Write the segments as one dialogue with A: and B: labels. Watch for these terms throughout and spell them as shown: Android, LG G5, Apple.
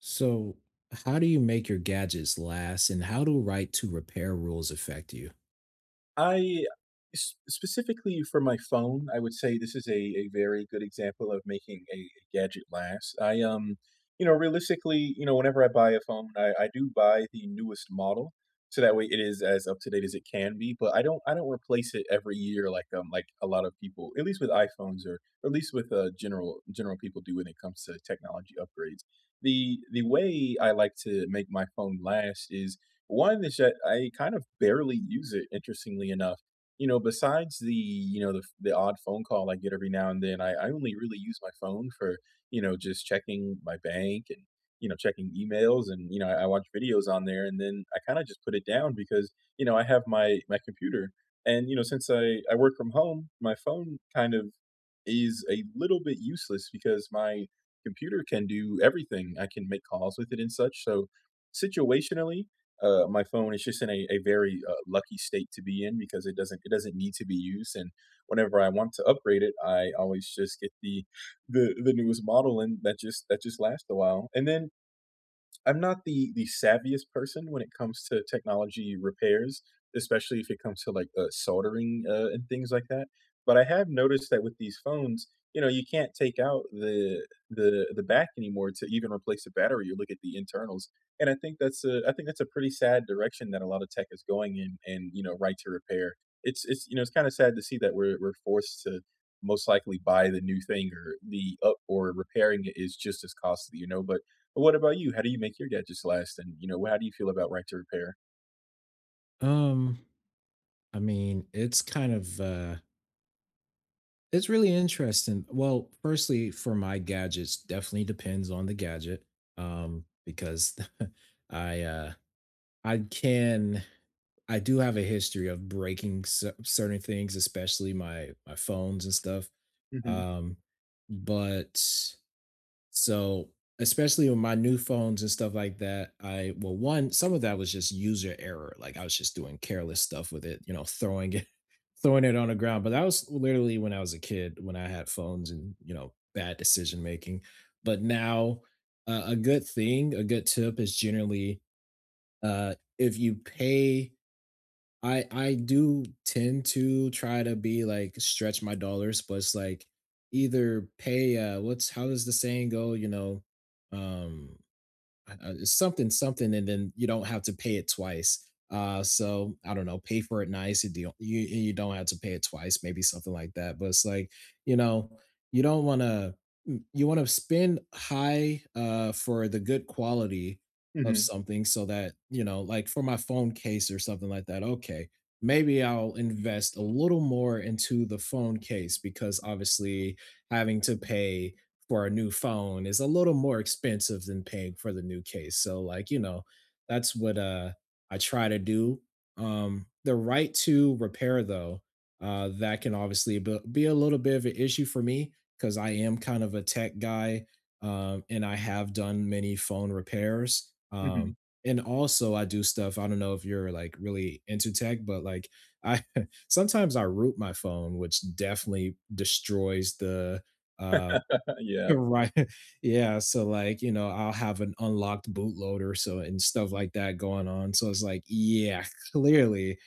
A: So, how do you make your gadgets last and how do right to repair rules affect you?
B: I Specifically for my phone, I would say this is a very good example of making a gadget last. Realistically, whenever I buy a phone, I do buy the newest model, so that way it is as up to date as it can be. But I don't replace it every year like a lot of people, at least with iPhones or at least with general people do when it comes to technology upgrades. The way I like to make my phone last is one is that I kind of barely use it, interestingly enough. You know, besides the, you know, the odd phone call I get every now and then, I only really use my phone for, just checking my bank and checking emails and, I watch videos on there, and then I kinda just put it down because I have my computer. And, you know, since I work from home, my phone kind of is a little bit useless because my computer can do everything. I can make calls with it and such, so, situationally, my phone is just in a very lucky state to be in because it doesn't need to be used. And whenever I want to upgrade it, I always just get the newest model, and that just lasts a while. And then I'm not the savviest person when it comes to technology repairs, especially if it comes to like soldering and things like that. But I have noticed that with these phones, you know, you can't take out the back anymore to even replace the battery. You look at the internals, and I think that's a pretty sad direction that a lot of tech is going in. And you know, right to repair. It's you know it's kind of sad to see that we're forced to most likely buy the new thing, or the up, or repairing it is just as costly. You know, but what about you? How do you make your gadgets last? And, you know, how do you feel about right to repair?
A: Um, I mean, it's kind of it's really interesting. Well, firstly, for my gadgets, definitely depends on the gadget. Because I uh I can I do have a history of breaking certain things, especially my phones and stuff.
B: Mhm,
A: Um, but So, especially with my new phones and stuff like that, I well, one, some of that was just user error. Like I was just doing careless stuff with it, you know, throwing it, throwing it on the ground. But that was literally when I was a kid, when I had phones and, you know, bad decision making. But now, a good thing, a good tip is generally if you pay I do tend to try to be like stretch my dollars, but it's like either pay what's how does the saying go, you know? Um I- Something something and then you don't have to pay it twice so I don't know, pay for it nice. You don't, you don't have to pay it twice, maybe something like that, but it's like, you know, you don't want to, you want to spend high for the good quality of
B: mhm,
A: something, so that, you know, like for my phone case or something like that, okay, maybe I'll invest a little more into the phone case, because obviously having to pay for a new phone is a little more expensive than paying for the new case. So like, you know, that's what I try to do. The right to repair though, that can obviously be a little bit of an issue for me cuz I am kind of a tech guy, and I have done many phone repairs.
B: mhm.
A: And also I do stuff, I don't know if you're like really into tech, but like I sometimes I root my phone, which definitely destroys the uh
B: Yeah,
A: Right. Yeah, so, like, you know, I'll have an unlocked bootloader, so and stuff like that going on, so it's like, yeah, clearly,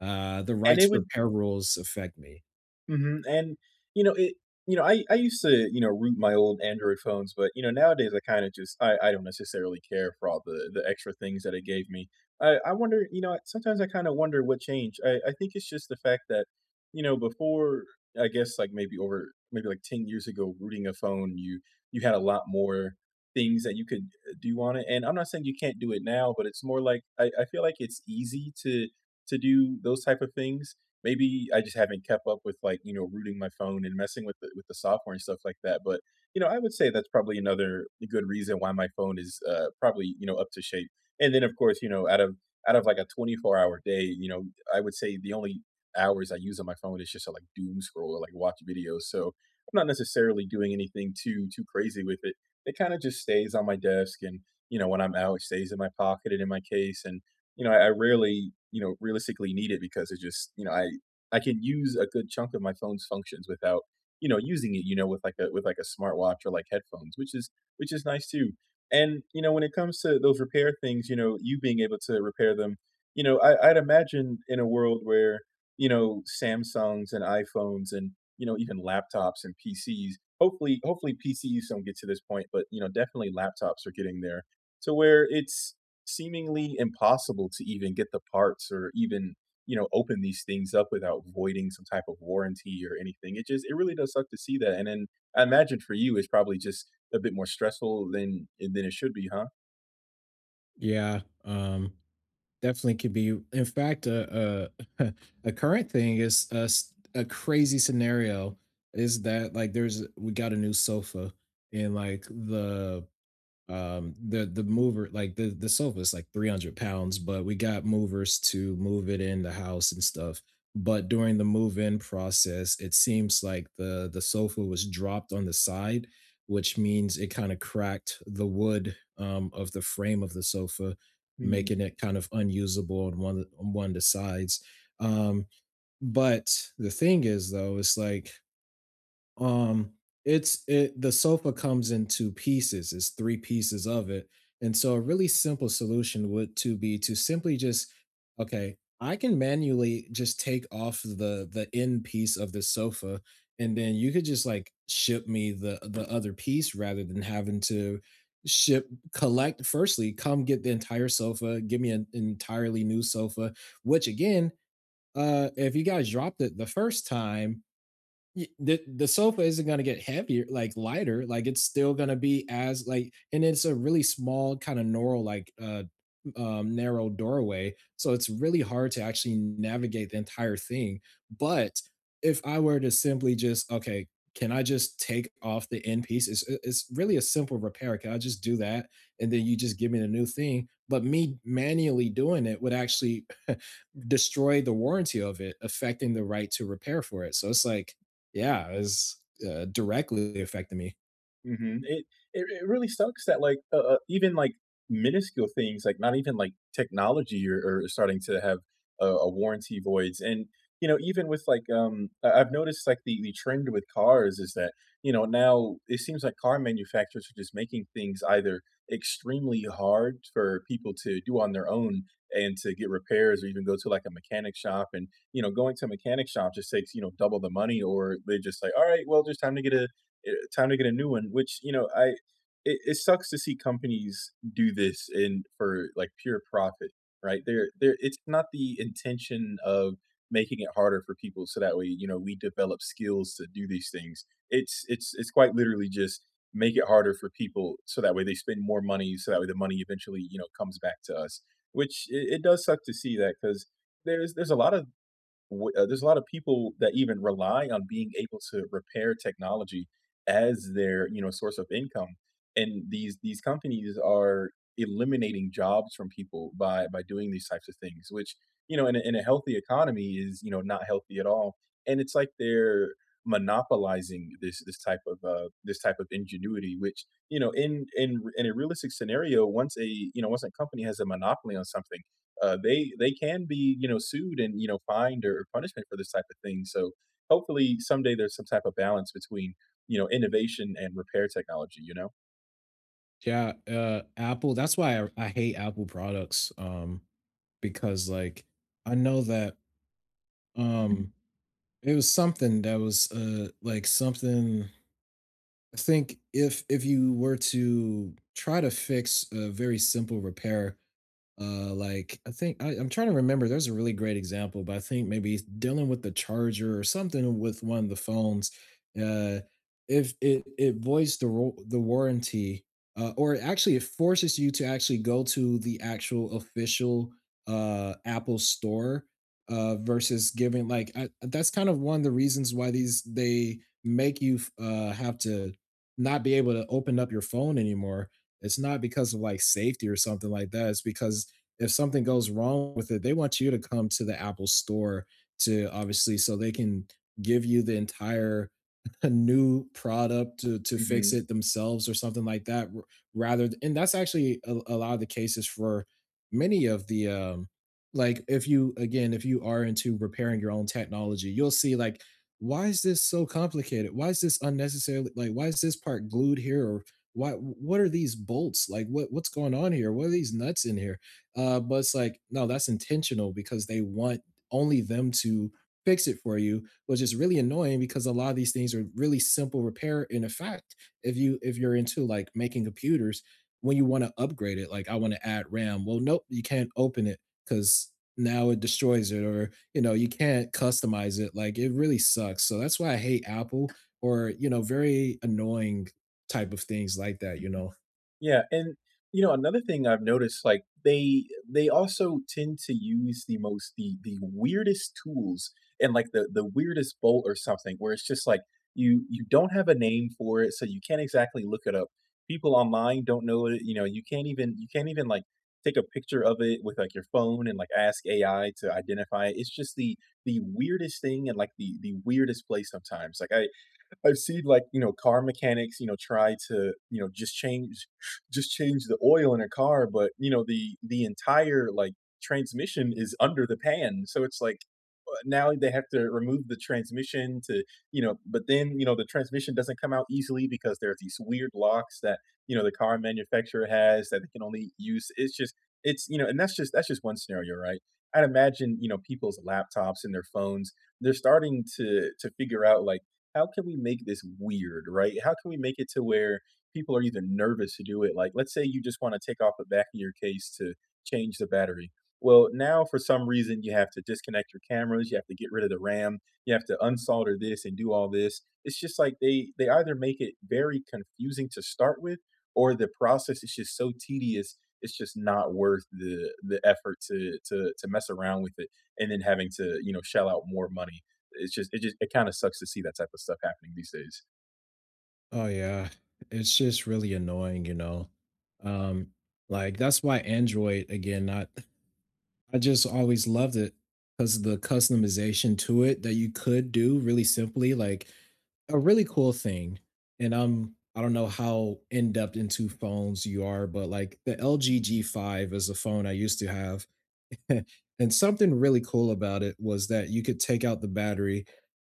A: the
B: and
A: right
B: it
A: to
B: would
A: repair rules affect me.
B: mhm. And, you know, it I used to, you know, root my old Android phones, but, you know, nowadays I kinda just I don't necessarily care for all the extra things that it gave me. I wonder you know, Sometimes I kinda wonder what changed. I think it's just the fact that, you know, before, I guess, like, maybe over maybe, like, 10 years ago, rooting a phone, you had a lot more things that you could, do on it, and I'm not saying you can't do it now, but it's more like I feel like it's easy to do those type of things. Maybe I just haven't kept up with, like, you know, rooting my phone and messing with the software and stuff like that, but, you know, I would say that's probably another good reason why my phone is, probably, you know, up to shape. And then, of course, you know, out of like, a 24-hour day, you know, I would say the only hours I use on my phone is just to, like, doom scroll or, like, watch videos, so I'm not necessarily doing anything too crazy with it. It kinda just stays on my desk and, you know, when I'm out, it stays in my pocket and in my case, and, you know, I rarely, you know, realistically need it because it just you know, I can use a good chunk of my phone's functions without, you know, using it, you know, with like a smartwatch or like headphones, which is nice too. And, you know, when it comes to those repair things, you know, you being able to repair them, you know, I'd imagine in a world where, you know, Samsungs and iPhones and, you know, even laptops and PCs, hopefully PCs don't get to this point, but you know, definitely laptops are getting there to where it's seemingly impossible to even get the parts or even you know, open these things up without voiding some type of warranty or anything. It really does suck to see that. And then I imagine for you, it's probably just a bit more stressful than it should be, huh?
A: Yeah, definitely could be. In fact, a a current thing is a crazy scenario is that, like, there's we got a new sofa, and, like, the mover, like the sofa is like 300 pounds, but we got movers to move it in the house and stuff. But during the move in process, it seems like the sofa was dropped on the side, which means it kind of cracked the wood, of the frame of the sofa,
B: Hmm.
A: making it kind of unusable on one of the sides. Um but The thing is though, it's like, um, it's it the sofa comes in two pieces, it's three pieces of it, and so a really simple solution would to be to simply just, "Okay, I can manually just take off the end piece of the sofa, and then you could just, like, ship me the other piece rather than having to ship collect firstly, come get the entire sofa, give me an entirely new sofa," which again, if you guys dropped it the first time, the sofa isn't going to get heavier, like lighter, like it's still going to be as like, and it's a really small kind of narrow like narrow doorway, so it's really hard to actually navigate the entire thing. But if I were to simply just okay, can I just take off the end piece, it's really a simple repair, can I just do that and then you just give me the new thing, but me manually doing it would actually destroy the warranty of it, affecting the right to repair for it, so it's like, yeah, it's, directly affected me.
B: Mhm. It really sucks that, like, even, like, minuscule things, like, not even, like, technology are starting to have a warranty voids, and, you know, even with, like, I I've noticed, like, the trend with cars is that, you know, now it seems like car manufacturers are just making things either extremely hard for people to do on their own and to get repairs or even go to, like, a mechanic shop, and, you know, going to a mechanic shop just takes, you know, double the money, or they just like, "Alright, well, just time to get a time to get a new one," which, you know, I it, it sucks to see companies do this in for like pure profit, right? There It's not the intention of making it harder for people so that way, you know, we develop skills to do these things. It's quite literally just make it harder for people so that way they spend more money so that way the money eventually, you know, comes back to us, which it does suck to see that cuz there's a lot of there's a lot of people that even rely on being able to repair technology as their you know source of income and these companies are eliminating jobs from people by doing these types of things which you know in a healthy economy is you know not healthy at all. And it's like they're monopolizing this type of this type of ingenuity which you know in a realistic scenario once a you know once a company has a monopoly on something they can be you know sued and you know fined or punishment for this type of thing. So hopefully someday there's some type of balance between you know innovation and repair technology. You know.
A: Yeah, Apple, that's why I hate Apple products, because, like, I know that, Mhm. It was something that was, like, something I think if you were to try to fix a very simple repair, like I think I'm trying to remember. There's a really great example, but I think maybe it's dealing with the charger or something with one of the phones. Uh, if it it voids the warranty, or actually it forces you to actually go to the actual official Apple store. Versus giving like I, that's kind of one of the reasons why these they make you have to not be able to open up your phone anymore. It's not because of like safety or something like that. It's because if something goes wrong with it, they want you to come to the Apple store to obviously so they can give you the entire a new product to fix
B: Hmm.
A: it themselves or something like that rather, and that's actually a lot of the cases for many of the like if you again if you are into repairing your own technology, you'll see like why is this so complicated, why is this unnecessarily, like why is this part glued here, or why what are these bolts, like what what's going on here, what are these nuts in here, but it's like no, that's intentional because they want only them to fix it for you. Was just really annoying because a lot of these things are really simple repair. In effect, if you if you're into like making computers, when you want to upgrade it, like I want to add RAM, well, nope, you can't open it because now it destroys it, or, you know, you can't customize it. Like it really sucks. So that's why I hate Apple, or, you know, very annoying type of things like that. You know.
B: Yeah, and, you know, another thing I've noticed, like, they also tend to use the most the weirdest tools and, like, the weirdest bolt or something where it's just like you don't have a name for it, so you can't exactly look it up. People online don't know it, you know, you can't even, like, take a picture of it with, like, your phone and, like, ask AI to identify it. It's just the weirdest thing and, like, the weirdest place sometimes. Like, I I've seen like, you know, car mechanics, you know, try to, you know, just change just change the oil in a car, but, you know, the entire, like, transmission is under the pan, so it's like, now they have to remove the transmission to you know, but then, you know, the transmission doesn't come out easily because there are these weird locks that, you know, the car manufacturer has that they can only use. It's just it's you know, and that's just one scenario, right? I'd imagine, you know, people's laptops and their phones, they're starting to figure out, like, how can we make this weird, right? How can we make it to where people are either nervous to do it? Like, let's say you just want to take off the back of your case to change the battery. Well, now for some reason you have to disconnect your cameras, you have to get rid of the RAM, you have to unsolder this and do all this. It's just like they either make it very confusing to start with, or the process is just so tedious. It's just not worth the effort to to mess around with it, and then having to you know shell out more money. It just it kind of sucks to see that type of stuff happening these days.
A: Oh yeah, it's just really annoying. You know. Um, like that's why Android again not I just always loved it because the customization to it that you could do really simply, like a really cool thing. And I'm I don't know how in depth into phones you are, but like the LG G5 is a phone I used to have. And something really cool about it was that you could take out the battery.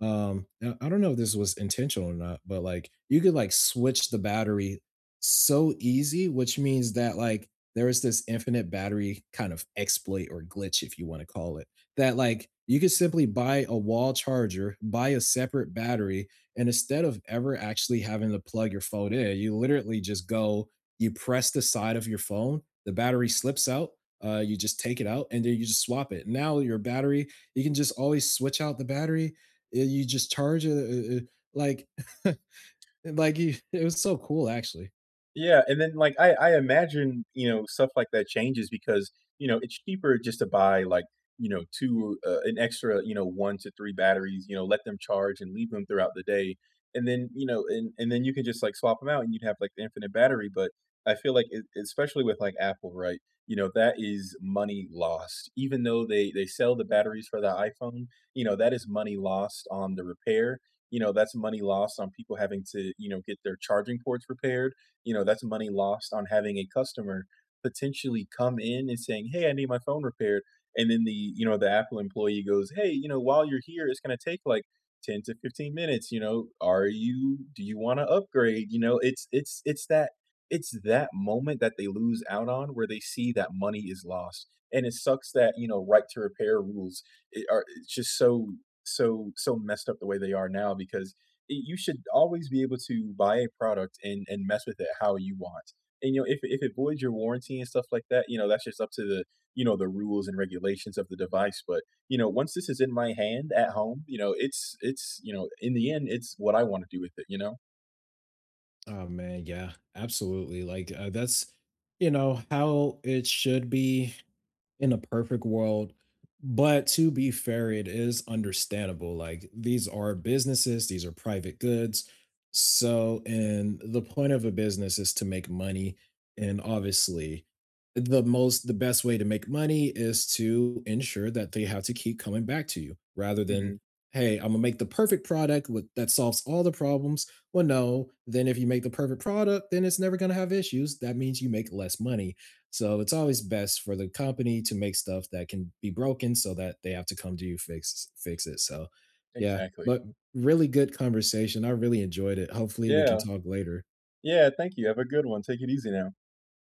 A: Now, I don't know if this was intentional or not, but, like, you could, like, switch the battery so easy, which means that, like, there is this infinite battery kind of exploit or glitch, if you wanna call it, that, like, you could simply buy a wall charger, buy a separate battery, and instead of ever actually having to plug your phone in, you literally just go, you press the side of your phone, the battery slips out, you just take it out, and then you just swap it. Now your battery you can just always switch out the battery, yeah, you just charge it, it it like like, you it was so cool, actually.
B: Yeah, and then, like, I imagine, you know, stuff like that changes because, you know, it's cheaper just to buy, like, you know, 2 an extra, you know, 1 to 3 batteries, you know, let them charge and leave them throughout the day, and then, you know, and then you can just, like, swap them out and you'd have, like, the infinite battery, but I feel like e especially with, like, Apple, right, you know, that is money lost. Even though they sell the batteries for the iPhone, you know, that is money lost on the repair, you know, that's money lost on people having to, you know, get their charging ports repaired, you know, that's money lost on having a customer potentially come in and saying, "Hey, I need my phone repaired." And then the, you know, the Apple employee goes, "Hey, you know, while you're here, it's going to take like 10 to 15 minutes, you know, are you do you want to upgrade?" You know, it's that it's that moment that they lose out on where they see that money is lost. And it sucks that, you know, right to repair rules are it's just so so messed up the way they are now because you should always be able to buy a product and mess with it how you want. And you know, if it voids your warranty and stuff like that, you know, that's just up to the you know the rules and regulations of the device. But you know, once this is in my hand at home, you know, it's you know, in the end, it's what I want to do with it. You know.
A: Oh, man, yeah, absolutely, like, that's, you know, how it should be in a perfect world. But to be fair, it is understandable. Like these are businesses, these are private goods. So, and the point of a business is to make money. And obviously, the most, the best way to make money is to ensure that they have to keep coming back to you rather than,
B: Hmm.
A: hey, I'm gonna make the perfect product with, that solves all the problems. Well, no, then if you make the perfect product, then it's never gonna have issues. That means you make less money. So it's always best for the company to make stuff that can be broken so that they have to come to you fix it. So yeah,
B: Exactly.
A: but really good conversation. I really enjoyed it. Hopefully we can
B: Yeah.
A: talk later.
B: Yeah. Thank you. Have a good one. Take it easy now.